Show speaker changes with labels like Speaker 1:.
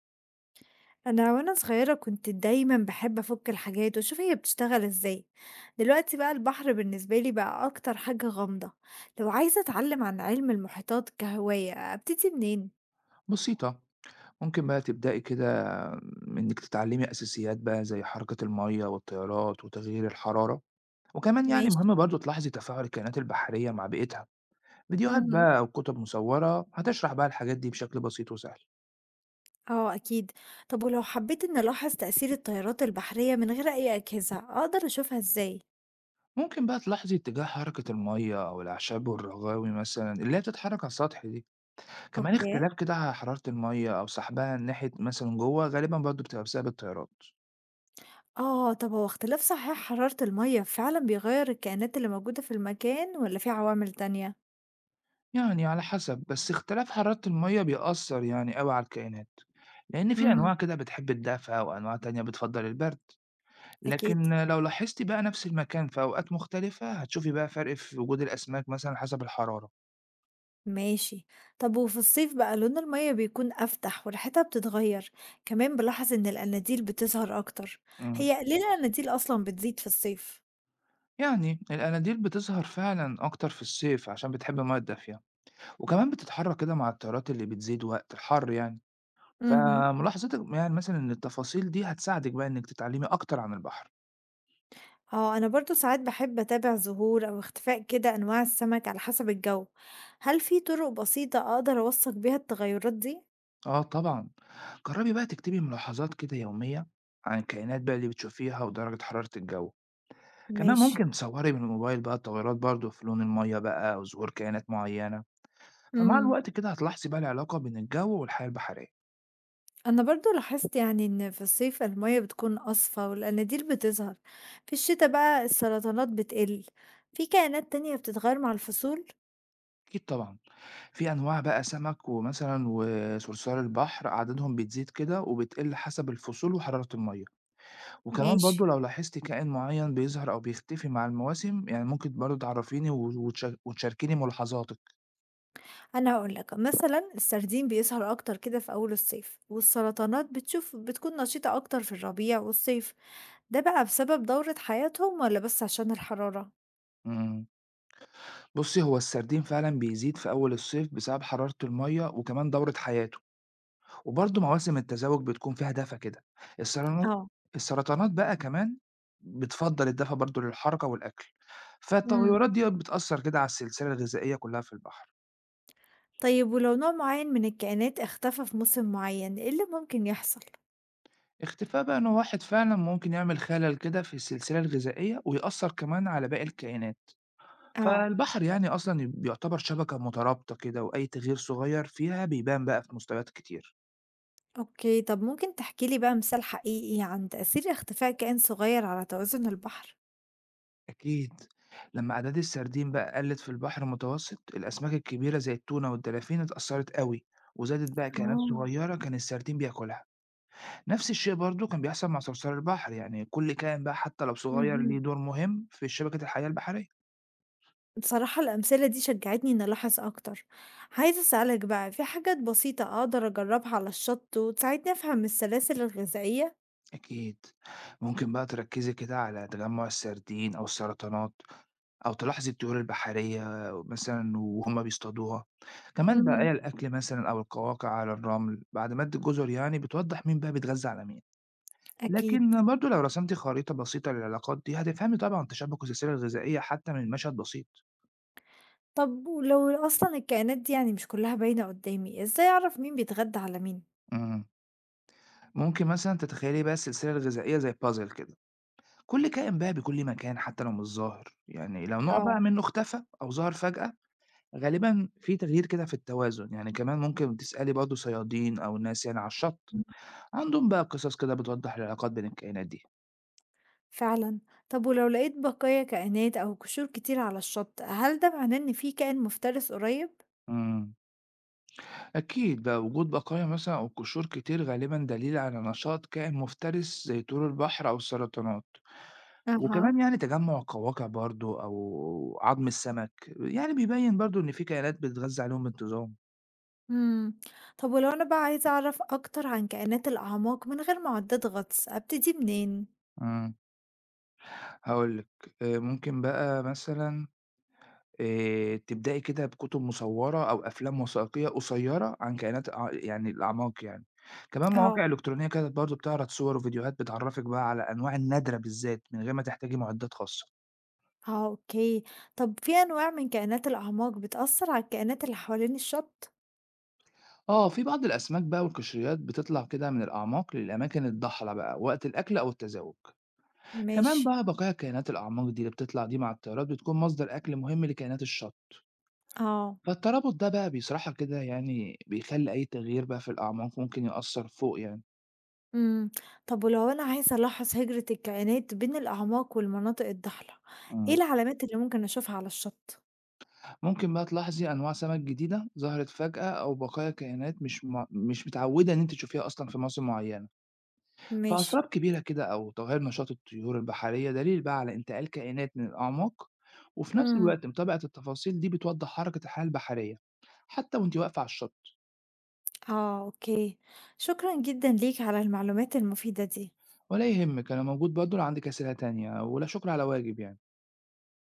Speaker 1: أنا وأنا صغيرة كنت دايمًا باحب أفُك الحاجات وأشوف هي بتشتغل إزاي، دلوقتي بقى البحر بالنسبة لي بقى أكتر حاجة غامضة، لو عايزة أتعلم عن عِلم المحيطات كهواية أبتدي منين؟
Speaker 2: بسيطة، ممكن بقى تبدئي كده إنِّك تتعلّمي أساسيات بقى زي حركة المَيّة والتيارات وتغيير الحرارة، وكمان يعني
Speaker 1: ماشي.
Speaker 2: مهم برضه تلاحظي تفاعل الكائنات البحرية مع بيئتها، فيديوهات
Speaker 1: اهم.
Speaker 2: بقى أو كُتب مصوّرة هتشرح بقى الحاجات دي بشكل بسيط وسهل،
Speaker 1: آه أكيد، طب ولو حبيت إني ألاحظ تأثير التيارات البحرية من غير أي أجهزة أقدر أشوفها إزاي؟
Speaker 2: ممكن بقى تلاحظي اتجاه حركة المَيّة أو الأعشاب والرغاوي مثلًا اللي هي بتتحرك على السطح دي، كمان
Speaker 1: أوكي.
Speaker 2: اختلاف كده ع حرارة المَيّة أو سحبها ناحية مثلًا جوّه غالبًا برضه بتبقى بسبب التيارات.
Speaker 1: آه، طب هو اختلاف صحيح حرارة المَيّة فعلًا بيغيّر الكائنات اللي موجودة في المكان والّا في عوامل تانية؟
Speaker 2: يعني على حسب، بس اختلاف حرارة المَيّة بيأثّر يعني أوي على الكائنات، لإن في
Speaker 1: اهم.
Speaker 2: أنواع كده بتحب الدفا وأنواع تانية بتفضّل البرد،
Speaker 1: أكيد.
Speaker 2: لكن لو لاحظتِ بقى نفس المكان في أوقات مختلفة، هتشوفي بقى فرق في وجود الأسماك مثلًا حسب الحرارة.
Speaker 1: ماشي. طب وفي الصيف بقى لون المية بيكون أفتح وريحتها بتتغير، كمان بلاحظ إن القناديل بتظهر أكتر.
Speaker 2: إمم،
Speaker 1: هي ليه القناديل أصلا بتزيد في الصيف؟
Speaker 2: يعني القناديل بتظهر فعلًا أكتر في الصيف عشان بتحب المَيّة الدافية، وكمان بتتحرك كده مع التيارات اللي بتزيد وقت الحر يعني،
Speaker 1: امم.
Speaker 2: فملاحظتِك يعني مثلًا للتفاصيل دي هتساعدِك بقى إنِّك تتعلمي أكتر عن البحر.
Speaker 1: اه أنا برضو ساعات بحب أتابع ظهور أو اختفاء كده أنواع السمك على حسب الجو، هل في طرق بسيطة أقدر أوثق بيها التغيرات دي؟
Speaker 2: آه طبعًا، جرّبي بقى تكتبي ملاحظات كده يومية عن الكائنات بقى اللي بتشوفيها ودرجة حرارة الجو، كمان
Speaker 1: ماشي.
Speaker 2: ممكن تصوري من الموبايل بقى التغيرات برضه في لون المَيّة بقى أو ظهور كائنات معيّنة، فمع
Speaker 1: مم.
Speaker 2: الوقت كده هتلاحظي بقى العلاقة بين الجو والحياة البحرية.
Speaker 1: أنا برضو لاحظت يعني إن في الصيف المية بتكون أصفى والقناديل بتظهر، في الشتاء بقى السرطانات بتقل، في كائنات تانية بتتغير مع الفصول.
Speaker 2: أكيد طبعًا، في أنواع بقى سمك ومثلًا وصرصار البحر عددهم بتزيد كده وبتقل حسب الفصول وحرارة المَيّة، وكمان برضه
Speaker 1: ماشي.
Speaker 2: لو لاحظتِ كائن معيّن بيظهر أو بيختفي مع المواسم يعني ممكن برضه تعرّفيني و وتش وتشاركيني ملاحظاتِك.
Speaker 1: أنا هقولك مثلا السردين بيظهر أكتر كده في أول الصيف والسرطانات بتشوف بتكون نشيطة أكتر في الربيع والصيف، ده بقى بسبب دورة حياتهم ولا بس عشان الحرارة؟
Speaker 2: إمم. بُصّي، هو السردين فعلًا بيزيد في أول الصيف بسبب حرارة المَيّة وكمان دورة حياته، وبرضه مواسم التزاوج بتكون فيها دفا كده. السرطانات
Speaker 1: اه.
Speaker 2: السرطانات بقى كمان بتفضّل الدفا برضه للحركة والأكل،
Speaker 1: امم.
Speaker 2: فالتغيرات ديّة بتأثّر كده على السلسلة الغذائية كلّها في البحر.
Speaker 1: طيب ولو نوع معين من الكائنات اختفى في موسم معين إيه اللي ممكن يحصل؟
Speaker 2: اختفاء بقى نوع واحد فعلًا ممكن يعمل خلل كده في السلسلة الغذائية ويأثّر كمان على باقي الكائنات،
Speaker 1: اه.
Speaker 2: فالبحر يعني أصلًا بيعتبر شبكة مترابطة كده وأي تغيير صغير فيها بيبان بقى في مستويات كتير.
Speaker 1: أوكي، طب ممكن تحكي لي بقى مثال حقيقي عن تأثير اختفاء كائن صغير على توازن البحر؟
Speaker 2: أكيد، لما أعداد السردين بقى قلت في البحر المتوسط الأسماك الكبيرة زي التونة والدلافين اتأثرت قوي وزادت بقى كائنات
Speaker 1: آه.
Speaker 2: صغيرة كان السردين بياكلها. نفس الشيء برضو كان بيحصل مع صرصار البحر، يعني كل كائن بقى حتى لو صغير ليه
Speaker 1: اهم.
Speaker 2: دور مهم في شبكة الحياة البحرية.
Speaker 1: بصراحة الأمثلة دي شجعتني إني ألاحظ أكتر، عايزة أسألك بقى في حاجات بسيطة أقدر أجربها على الشط وتساعدني أفهم السلاسل الغذائية؟
Speaker 2: أكيد. ممكن بقى تركّزي كده على تجمُّع السردين أو السرطانات أو تلاحظي الطيور البحرية مثلًا وهُم بيصطادوها. كمان
Speaker 1: مهم.
Speaker 2: بقايا الأكل مثلًا أو القواقع على الرمل بعد مَد الجزر يعني بتوضّح مين بقى بيتغذّى على مين.
Speaker 1: أكيد.
Speaker 2: لكن برضه لو رسمتِ خريطة بسيطة للعلاقات دي، هتفهمي طبعًا تشابُك السلسلة الغذائية حتّى من مشهد بسيط.
Speaker 1: طب ولو أصلا الكائنات دي يعني مش كلها باينة قدامي، إزاي أعرف مين بيتغدى على مين؟
Speaker 2: إمم. ممكن مثلًا تتخيّلي بقى السلسلة الغذائية زي puzzle كده، كل كائن بقى بيكون ليه مكان حتّى لو مش ظاهر. يعني لو نوع بقى
Speaker 1: آه.
Speaker 2: منّه اختفى أو ظهر فجأة غالبًا في تغيير كده في التوازن، يعني كمان ممكن تسألي برضه صيادين أو ناس يعني على الشط، عندهم بقى قصص كده بتوضح العلاقات بين الكائنات دي.
Speaker 1: فعلا، طب ولو لقيت بقايا كائنات أو قشور كتير على الشط، هل ده معناه إن في كائن مفترس قريب؟
Speaker 2: إمم، أكيد بقى وجود بقايا مثلًا أو قشور كتير غالبًا دليل على نشاط كائن مفترس زي طيور البحر أو السرطانات،
Speaker 1: أها.
Speaker 2: وكمان يعني تجمع القواقع برضه أو عظم السمك، يعني بيبين برضه إن في كائنات بتتغذى عليهم بانتظام.
Speaker 1: إمم. طب ولو أنا بقى عايزة أعرف أكتر عن كائنات الأعماق من غير معدات غطس، أبتدي منين؟
Speaker 2: إمم، هاقول لِك، ممكن بقى مثلًا تبدئي كده بكُتب مصوّرة أو أفلام وثائقية قصيّرة عن كائنات يعني الأعماق يعني. كمان مواقع
Speaker 1: اه.
Speaker 2: إلكترونية كده برضه بتعرض صور وفيديوهات بتعرّفِك بقى على الأنواع النادرة بالذات من غير ما تحتاجي معدات خاصة.
Speaker 1: آه، أوكي. طب في أنواع من كائنات الأعماق بتأثر على الكائنات اللي حوالين الشط؟
Speaker 2: آه، في بعض الأسماك بقى والقشريات بتطلع كده من الأعماق للأماكن الضحلة بقى وقت الأكل أو التزاوج. كمان
Speaker 1: ماشي.
Speaker 2: بقى بقايا كائنات الأعماق دي اللي بتطلع دي مع الطيارات بتكون مصدر أكل مهم لكائنات الشط.
Speaker 1: آه،
Speaker 2: فالترابط ده بقى بصراحة كده يعني بيخلّي أي تغيير بقى في الأعماق ممكن يأثّر فوق يعني.
Speaker 1: إمم. طب ولو أنا عايزة ألاحظ هجرة الكائنات بين الأعماق والمناطق الضحلة، إيه
Speaker 2: إمم.
Speaker 1: العلامات اللي ممكن أشوفها على الشط؟
Speaker 2: ممكن بقى تلاحظي أنواع سمك جديدة ظهرت فجأة أو بقايا كائنات مش متعودة إن أنت تشوفيها أصلا في مواسم معينة،
Speaker 1: ماشي.
Speaker 2: فأسراب كبيرة كده أو تغير نشاط الطيور البحرية دليل بقى على انتقال كائنات من الأعماق، وفي نفس
Speaker 1: إمم.
Speaker 2: الوقت متابعة التفاصيل دي بتوضح حركة الحياة البحرية حتى وأنت واقفة على الشط.
Speaker 1: آه، أوكي. شكرًا جدًا ليك على المعلومات المفيدة دي.
Speaker 2: ولا يهمك، أنا موجود برضه لو عندك أسئلة تانية، ولا شكر على واجب يعني.